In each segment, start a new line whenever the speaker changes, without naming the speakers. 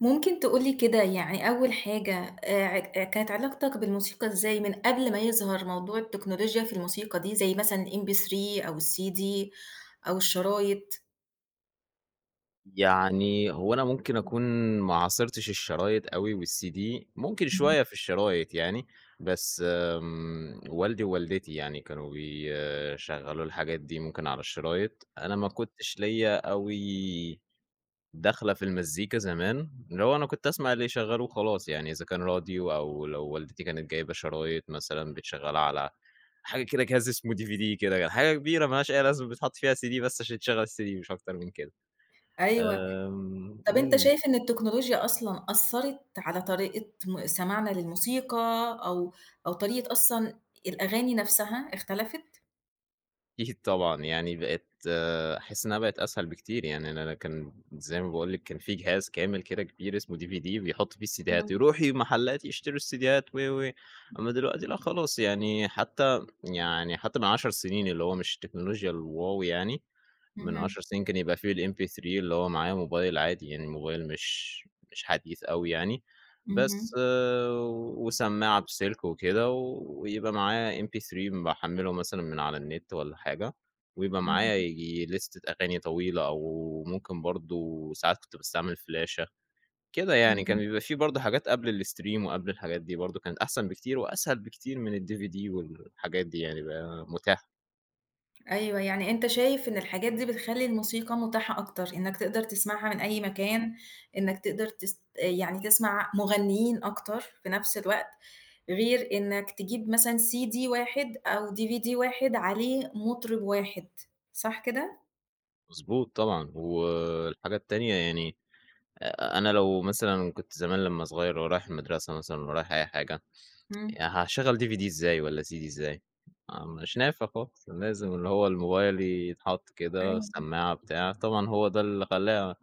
ممكن تقول لي كده، يعني أول حاجة ع كانت علاقتك بالموسيقى إزاي من قبل ما يظهر موضوع التكنولوجيا في الموسيقى دي، زي مثلًا الMP3 أو الCD أو الشرايط؟
يعني هو أنا ممكن أكون ما عاصرتش الشرايط أوي والCD، ممكن
اهم.
شوية في الشرايط يعني. بس والدي ووالدتي يعني كانوا بيشغّلوا الحاجات دي ممكن على الشرايط، أنا ما كنتش ليّا أوي دَخلة في المزيكا زمان، اللي هو أنا كنت أسمع اللي يشغّلوه وخلاص يعني، إذا كان راديو أو لو والدتي كانت جايبة شرايط مثلًا بتشغّلها على حاجة كده جهاز اسمه DVD كده، حاجة كبيرة ما لهاش أي لازمة بيتحط فيها CD بس عشان تشغّل الCD مش أكتر من كده.
أيوه،
آمم،
طب أنت
إمم،
شايف إن التكنولوجيا أصلًا أثّرت على طريقة سماعنا للموسيقى أو أو طريقة أصلًا الأغاني نفسها اختلفت؟
أكيد طبعًا، يعني بقت آه، أحس إنها بقت أسهل بكتير. يعني أنا كان زي ما باقول لِك كان في جهاز كامل كده كبير اسمه DVD بيحط فيه السيديهات،
إمم،
يروحوا محلات يشتروا السيديهات و، أمّا دلوقتي لأ خلاص. يعني حتى من 10 سنين اللي هو مش التكنولوجيا الواو يعني، من
اهم،
10 سنين كان يبقى في الMP3 اللي هو معايا موبايل عادي، يعني موبايل مش حديث أوي يعني. بس
اهم،
آه، وسماعة بسلك وكده ويبقى معايا MP3 باحمّله مثلًا من على النت والّا حاجة، ويبقى معايا
اهم،
ييجي ليستة أغاني طويلة أو ممكن برضه ساعات كنت باستعمل فلاشة. كده يعني كان
اهم.
بيبقى في برضه حاجات قبل الstream وقبل الحاجات دي برضه كانت أحسن بكتير وأسهل بكتير من الDVD والحاجات دي، يعني بقى متاح.
أيوه، يعني أنت شايف إن الحاجات دي بتخلّي الموسيقى متاحة أكتر، إنك تقدر تسمعها من أي مكان، إنك تقدر يعني تسمع مغنيين أكتر في نفس الوقت، غير إنك تجيب مثلًا CD واحد أو DVD واحد عليه مطرب واحد، صح كده؟
مضبوط طبعًا، والحاجة التانية يعني أنا لو مثلًا كنت زمان لمّا صغير ورايح المدرسة مثلًا ورايح أي حاجة،
إمم،
هاشغّل DVD إزاي والّا CD إزاي؟ آه، مش نافع خالص، لازم اللي هو الموبايل يتحط كده،
أيوه
السماعة بتاع، طبعًا هو ده اللي خلّاها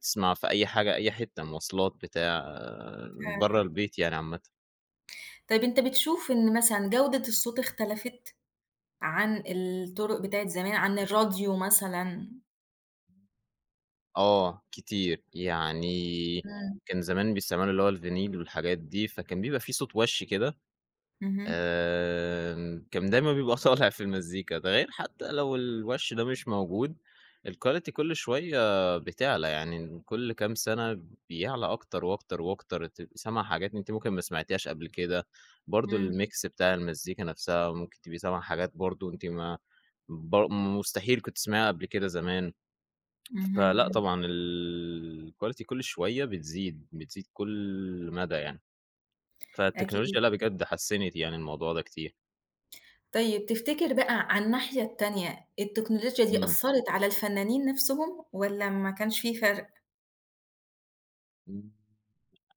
تسمع في أي حاجة، أي حتة، مواصلات بتاع، آه،
فعلًا.
برّه البيت يعني عامةً.
طيب أنت بتشوف إن مثلًا جودة الصوت اختلفت عن الطرق بتاعة زمان، عن الراديو مثلًا؟
آه، كتير، يعني
إمم،
كان زمان بيستعملوا اللي هو الفينيل والحاجات دي، فكان بيبقى في صوت وَش كده.
اهم،
كان دايمًا بيبقى طالع في المزيكا، ده غير حتى لو الوَش ده مش موجود. الquality كل شوية بتعلى، يعني كل كام سَنة بيعلى أكتر وأكتر وأكتر، تبقي سامعة حاجات أنتِ ممكن ما سمعتيهاش قبل كده، برضه
إمم،
الmix بتاع المزيكا نفسها، ممكن تبقي سامعة حاجات برضه أنتِ ما مستحيل كنتِ تسمعيها قبل كده زمان.
اهم،
فلأ
إمم،
طبعًا الquality كل شوية بتزيد، بتزيد كل مدى يعني،
أكيد.
فالتكنولوجيا لأ بجد حسِّنت يعني الموضوع ده كتير.
طيب تفتكر بقى على الناحية التانية، التكنولوجيا دي
إمم.
أثّرت على الفنانين نَفْسهم والّا ما كانش في فرق؟
إمم،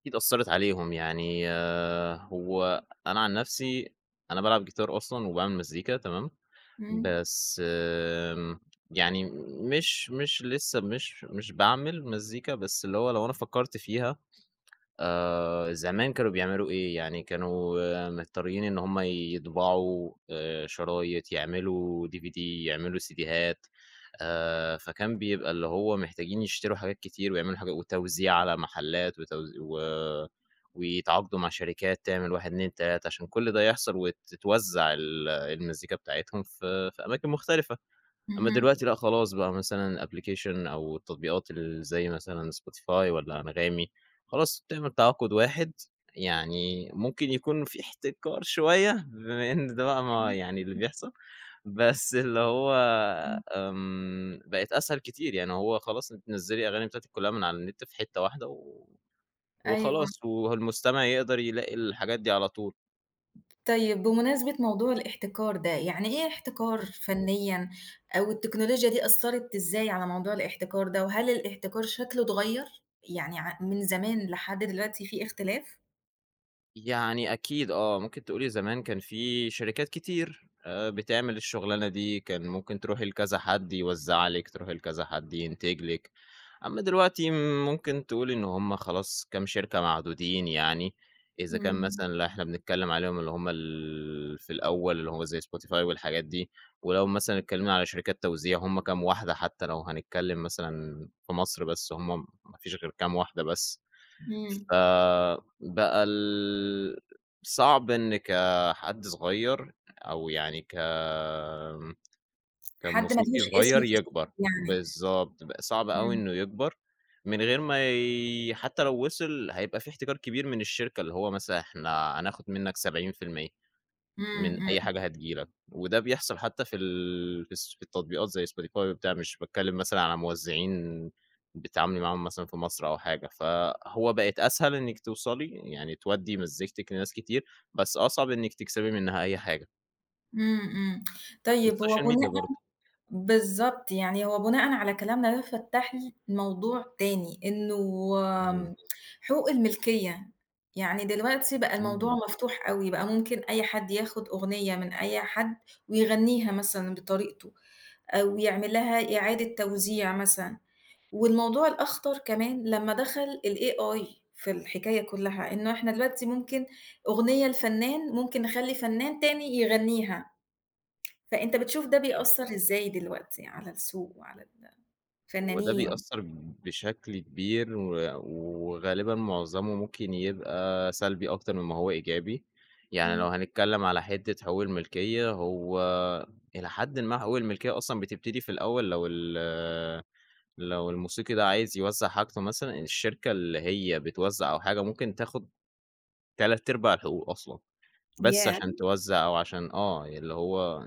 أكيد أثّرت عليهم، يعني آه، هو أنا عن نفسي أنا بالعب جيتار أصلًا وباعمل مزيكا تمام.
إمم،
بس يعني مش لسه مش باعمل مزيكا، بس اللي هو لو أنا فكّرت فيها زمان كانوا بيعملوا إيه، يعني كانوا آه، مضطرين إن هم يطبعوا شرايط، يعملوا DVD، يعملوا سيديهات. فكان بيبقى اللي هو محتاجين يشتروا حاجات كتير ويعملوا حاجة وتوزيع على محلات وتوز و ويتعاقدوا مع شركات تعمل 1، 2، 3 عشان كل ده يحصل وتتوزع المزيكا بتاعتهم في أماكن مختلفة. أمّا
اهم،
دلوقتي لأ، خلاص بقى مثلًا application أو التطبيقات زي مثلًا spotify والّا أنغامي، خلاص بتعمل تعاقد واحد، يعني ممكن يكون في احتكار شوية بما إن ده بقى ما
إمم،
يعني اللي بيحصل. بس اللي هو
إمم،
بقت أسهل كتير، يعني هو خلاص أنتِ نزّلي الأغاني بتاعتِك كلها من على النت في حتة واحدة
أيوه.
وخلاص، والمستمع يقدر يلاقي الحاجات دي على طول.
طيب بمناسبة موضوع الاحتكار ده، يعني إيه احتكار
إمم.
فنيًا، أو التكنولوجيا دي أثّرت إزاي على موضوع الاحتكار ده، وهل الاحتكار شكله اتغيّر؟ يعني من زمان لحد دلوقتي في اختلاف؟
يعني أكيد آه، ممكن تقولي زمان كان في شركات كتير بتعمل الشغلانة دي، كان ممكن تروحي لكذا حد يوزّع لِك، تروحي لكذا حد ينتج لِك. أمّا دلوقتي ممكن تقول إن هم خلاص كام شركة معدودين يعني، إذا كان
إمم،
مثلًا اللي إحنا بنتكلّم عليهم اللي هم في الأول اللي هو زي spotify والحاجات دي، ولو مثلًا اتكلّمنا على شركات توزيع هم كام واحدة حتى لو هنتكلّم مثلًا في مصر بس هم ما فيش غير كام واحدة بس.
إمم.
فبقى صعب إن كحد صغير أو يعني كان
حد ما
موسيقي
لهوش اسم
صغير
في
يكبر.
يعني.
بالضبط، بقى صعب أوي
إمم،
إنه يكبر، من غير ما حتى لو وصل هيبقى في احتكار كبير من الشركة، اللي هو مثلًا إحنا هناخد منك 70% من
إمم،
أي
إمم،
حاجة هتيجي لك، وده بيحصل حتى في ال في الس في التطبيقات زي spotify وبتاع، مش باتكلم مثلًا على موزعين بتتعاملي معاهم مثلًا في مصر أو حاجة. فهو بقت أسهل إنِّك توصلي يعني تودّي مزيكتِك لناس كتير، بس أصعب إنِّك تكسبي منها أي حاجة.
إمم، إمم. طيب هو
والسوشيال
بن
ميديا برضه.
بالضبط، يعني هو بناءً على كلامنا ده فتّح لي موضوع تاني، إنه
إمم،
آمم حقوق الملكية، يعني دلوقتي بقى الموضوع
إمم.
مفتوح أوي، بقى ممكن أي حد ياخد أغنية من أي حد ويغنيها مثلًا بطريقته، أو يعمل لها إعادة توزيع مثلًا، والموضوع الأخطر كمان لمّا دخل الAI في الحكاية كلّها، إنه إحنا دلوقتي ممكن أغنية لفنان ممكن نخلّي فنان تاني يغنيها. فأنت بتشوف ده بيأثّر إزاي دلوقتي على السوق وعلى
هو ده
الفنانين؟
بيأثّر بشكل كبير وغالبًا معظمه ممكن يبقى سلبي أكتر مما هو إيجابي. يعني لو
إمم.
هنتكلّم على حتّة حقوق الملكية، هو إلى حدٍ ما حقوق الملكية أصلًا بتبتدي في الأول لو لو الموسيقي ده عايز يوزّع حاجته مثلًا، الشركة اللي هي بتوزّع أو حاجة ممكن تاخُد 3/4 الحقوق أصلًا، بس
ياه!
عشان توزّع أو عشان آه، اللي هو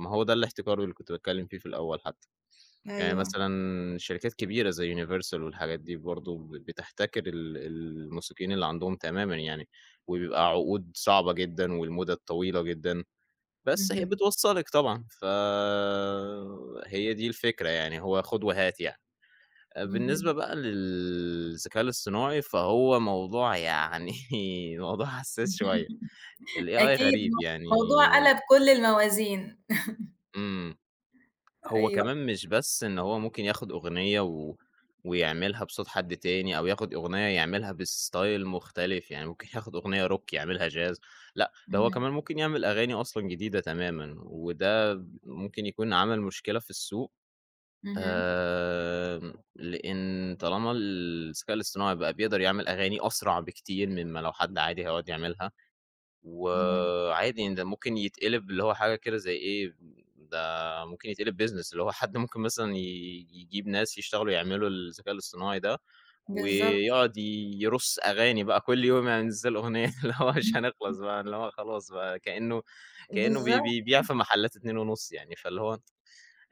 ما هو ده الاحتكار اللي كنت باتكلّم فيه في الأول حتّى. يعني
أيوه.
مثلًا شركات كبيرة زي Universal والحاجات دي برضه بتحتكر الموسيقيين اللي عندهم تمامًا يعني، وبيبقى عقود صعبة جدًا والمُدَد طويلة جدًا، بس هي
اهم،
بتوصّلِك طبعًا، فهي دي الفكرة يعني، هو خُد وهات يعني. آه، بالنسبة
اهم.
بقى للذكاء الاصطناعي فهو موضوع يعني موضوع حساس شوية. الAI
أكيد
غريب يعني.
موضوع قلب كل الموازين.
إمم. هو
أيوه.
كمان مش بس إن هو ممكن ياخد أغنية ويعملها بصوت حد تاني أو ياخد أغنية يعملها بstyle مختلف، يعني ممكن ياخد أغنية rock يعملها jazz. لأ، ده هو
اهم،
كمان ممكن يعمل أغاني أصلًا جديدة تمامًا، وده ممكن يكون عمل مشكلة في السوق.
اهم،
لإن طالما الذكاء الاصطناعي بقى بيقدر يعمل أغاني أسرع بكتير مما لو حد عادي هيقعد يعملها،
اهم.
وعادي إن ده ممكن يتقلب اللي هو حاجة كده زي إيه. ده ممكن يتقلب business اللي هو حد ممكن مثلًا يجيب ناس يشتغلوا يعملوا الذكاء الاصطناعي ده،
بالضبط،
ويقعد يرُص أغاني بقى كل يوم يعني ينزّل أغنية اللي هو مش هنخلص بقى، اللي هو خلاص بقى كإنه
بالضبط،
بيبيع في محلات 2.5 يعني. فاللي هو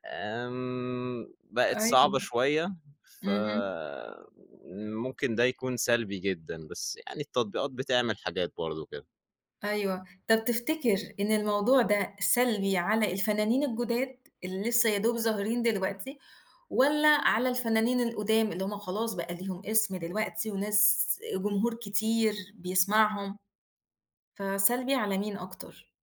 بقت صعبة
أيوه.
شوية.
اهم.
فممكن ده يكون سلبي جدًا، بس يعني التطبيقات بتعمل حاجات برضه كده.
أيوه. طب تفتكر إن الموضوع ده سلبي على الفنانين الجُداد اللي لسه يا دوب ظاهرين دلوقتي، والّا على الفنانين القُدام اللي هُم خلاص بقى ليهم اسم دلوقتي وناس جمهور كتير بيسمعهم، فسلبي على مين أكتر؟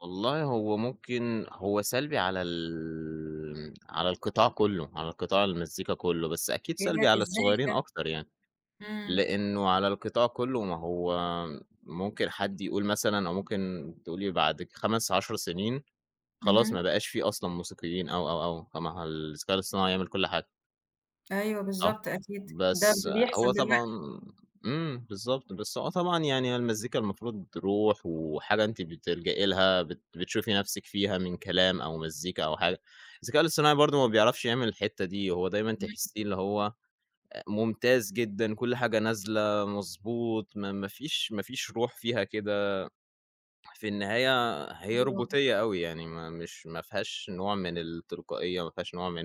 والله هو ممكن هو سلبي على على القطاع كله، على قطاع المزيكا كله، بس أكيد
إيه ده!
سلبي على
إزاي
الصغيّرين
ده!
أكتر يعني،
إمم،
لإنه على القطاع كله ما هو ممكن حد يقول مثلًا أو ممكن تقولي بعد 5، 10 سنين خلاص
اهم.
ما بقاش في أصلًا موسيقيين أو، فما الذكاء الاصطناعي هيعمل كل حاجة.
أيوه
صح،
بالضبط أكيد، ده
بس
بيحصل
هو طبعًا
دلوقتي.
بالضبط، بس هو طبعًا يعني المزيكا المفروض روح وحاجة أنتِ بتلجئي لها، بتشوفي نفسِك فيها من كلام أو مزيكا أو حاجة. الذكاء الاصطناعي برضه ما بيعرفش يعمل الحتّة دي، هو دايمًا
إمم،
تحسّيه اللي هو ممتاز جدًا، كل حاجة نازلة مضبوط، ما فيش روح فيها كده. في النهاية هي
أيوه.
روبوتية أوي، يعني ما فيهاش نوع من التلقائية، ما فيهاش نوع من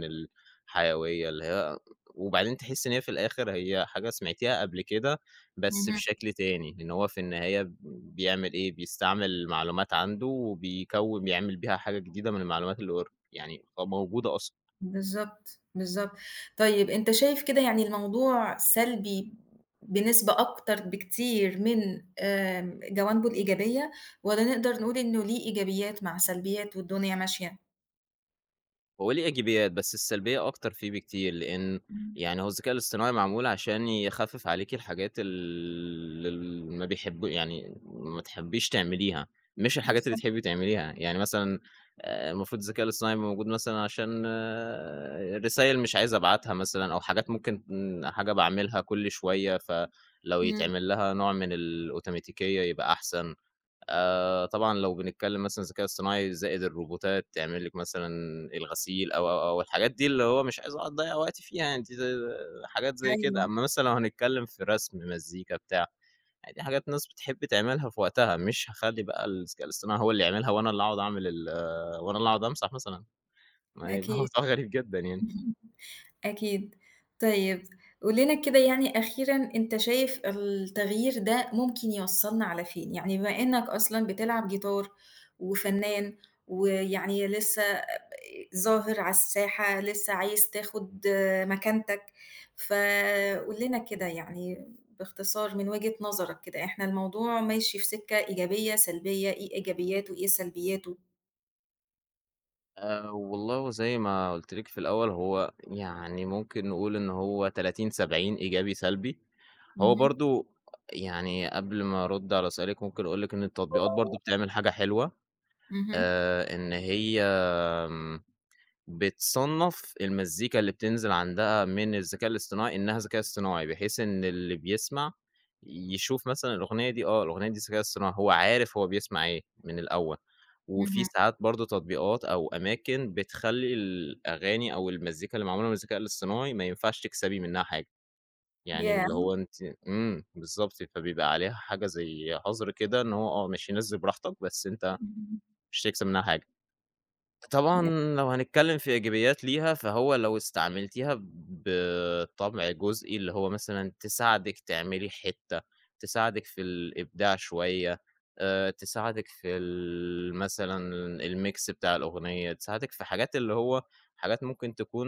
الحيوية اللي هي. وبعدين تحسّي إن هي في الآخر هي حاجة سمعتيها قبل كده بس
اهم.
بشكل تاني، إن هو في النهاية بيعمل إيه، بيستعمل معلومات عنده وبيكوّن بيعمل بيها حاجة جديدة من المعلومات اللي يعني موجودة أصلًا.
بالضبط، بالضبط. طيب أنت شايف كده يعني الموضوع سلبي بنسبة أكتر بكتير من جوانبه الإيجابية، والّا نقدر نقول إنه ليه إيجابيات مع سلبيات والدنيا ماشية؟
هو ليه إيجابيات، بس السلبية أكتر فيه بكتير، لإن
إمم،
يعني هو الذكاء الاصطناعي معمول عشان يخفف عليكِ الحاجات اللي ما بيحب يعني ما تحبيش تعمليها، مش الحاجات اللي
بالضبط.
تحبي تعمليها. يعني مثلًا المفروض الذكاء الاصطناعي يبقى موجود مثلًا عشان رسايل مش عايز أبعتها مثلًا أو حاجات ممكن حاجة باعملها كل شوية، فلو
إمم،
يتعمل لها نوع من الأوتوماتيكية يبقى أحسن. طبعًا لو بنتكلّم مثلًا الذكاء الصناعي زائد الروبوتات تعمل لِك مثلًا الغسيل أو، أو، أو، الحاجات دي اللي هو مش عايز أقعد أضيّع وقتي فيها يعني دي حاجات زي كده.
أيوه،
أمّا مثلًا لو هنتكلّم في رسم، مزيكا، بتاع، يعني دي حاجات الناس بتحب تعملها في وقتها، مش هاخلّي بقى الذكاء الاصطناعي هو اللي يعملها وأنا اللي أقعد أعمل وأنا اللي أقعد أمسح مثلًا، ما هي الموضوع
أكيد،
غريب جدًا يعني.
أكيد. طيب قُل لنا كده، يعني أخيرًا أنت شايف التغيير ده ممكن يوصّلنا على فين؟ يعني بما إنك أصلًا بتلعب جيتار وفنان ويعني لسه ظاهر على الساحة، لسه عايز تاخد مكانتك، فقُل لنا كده يعني باختصار من وجهة نظرك كده، إحنا الموضوع ماشي في سكة إيجابية، سلبية، إيه إيجابياته وإيه سلبياته؟
والله هو زي ما قُلت لِك في الأول، هو يعني ممكن نقول إن هو 30 70 إيجابي سلبي. هو
اهم،
برضه يعني قبل ما أرُد على سؤالِك ممكن أقول لِك إن التطبيقات برضه بتعمل حاجة حلوة،
اهم،
إن هي آمم بتصنّف المزيكا اللي بتنزل عندها من الذكاء الاصطناعي إنها ذكاء اصطناعي، بحيث إن اللي بيسمع يشوف مثلًا الأغنية دي آه، الأغنية دي ذكاء اصطناعي، هو عارف هو بيسمع إيه من الأول. وفي
اهم،
ساعات برضه تطبيقات أو أماكن بتخلّي الأغاني أو المزيكا اللي معمولة من الذكاء الاصطناعي ما ينفعش تكسبي منها حاجة، يعني اللي
ياه!
هو أنتِ بالضبط، فبيبقى عليها حاجة زي حظر كده، إن هو آه، ماشي نزِّل براحتك بس أنت
اهم،
مش هتكسب منها حاجة.
ياه!
طبعًا لو هنتكلم في إيجابيات ليها، فهو لو استعملتيها بطبع جزئي، اللي هو مثلًا تساعدِك تعملي حتّة، تساعدِك في الإبداع شوية، تساعدِك في مثلًا الmix بتاع الأغنية، تساعدِك في حاجات اللي هو حاجات ممكن تكون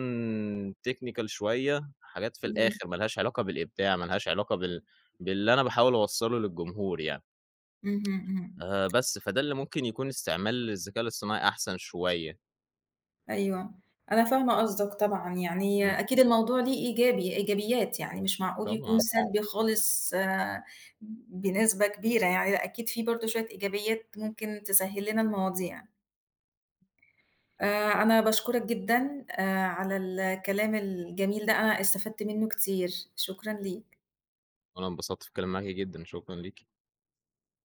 technical شوية، حاجات في
إمم،
الآخر ما لهاش علاقة بالإبداع، ما لهاش علاقة باللي أنا باحاول أوصّله للجمهور يعني.
اهم، اهم.
بس، فده اللي ممكن يكون استعمال الذكاء الاصطناعي أحسن شوية.
أيوه، أنا فاهمة قصدك طبعًا، يعني أكيد الموضوع ليه إيجابي إيجابيات، يعني مش معقول يكون
طبعًا،
طبعًا سلبي خالص بنسبة كبيرة يعني، لأ أكيد في برضه شوية إيجابيات ممكن تسهّل لنا المواضيع. أنا باشكرك جدًا على الكلام الجميل ده، أنا استفدت منّه كتير، شكرًا ليك.
وأنا انبسطت في الكلام معاكِ جدًا، شكرًا ليكِ.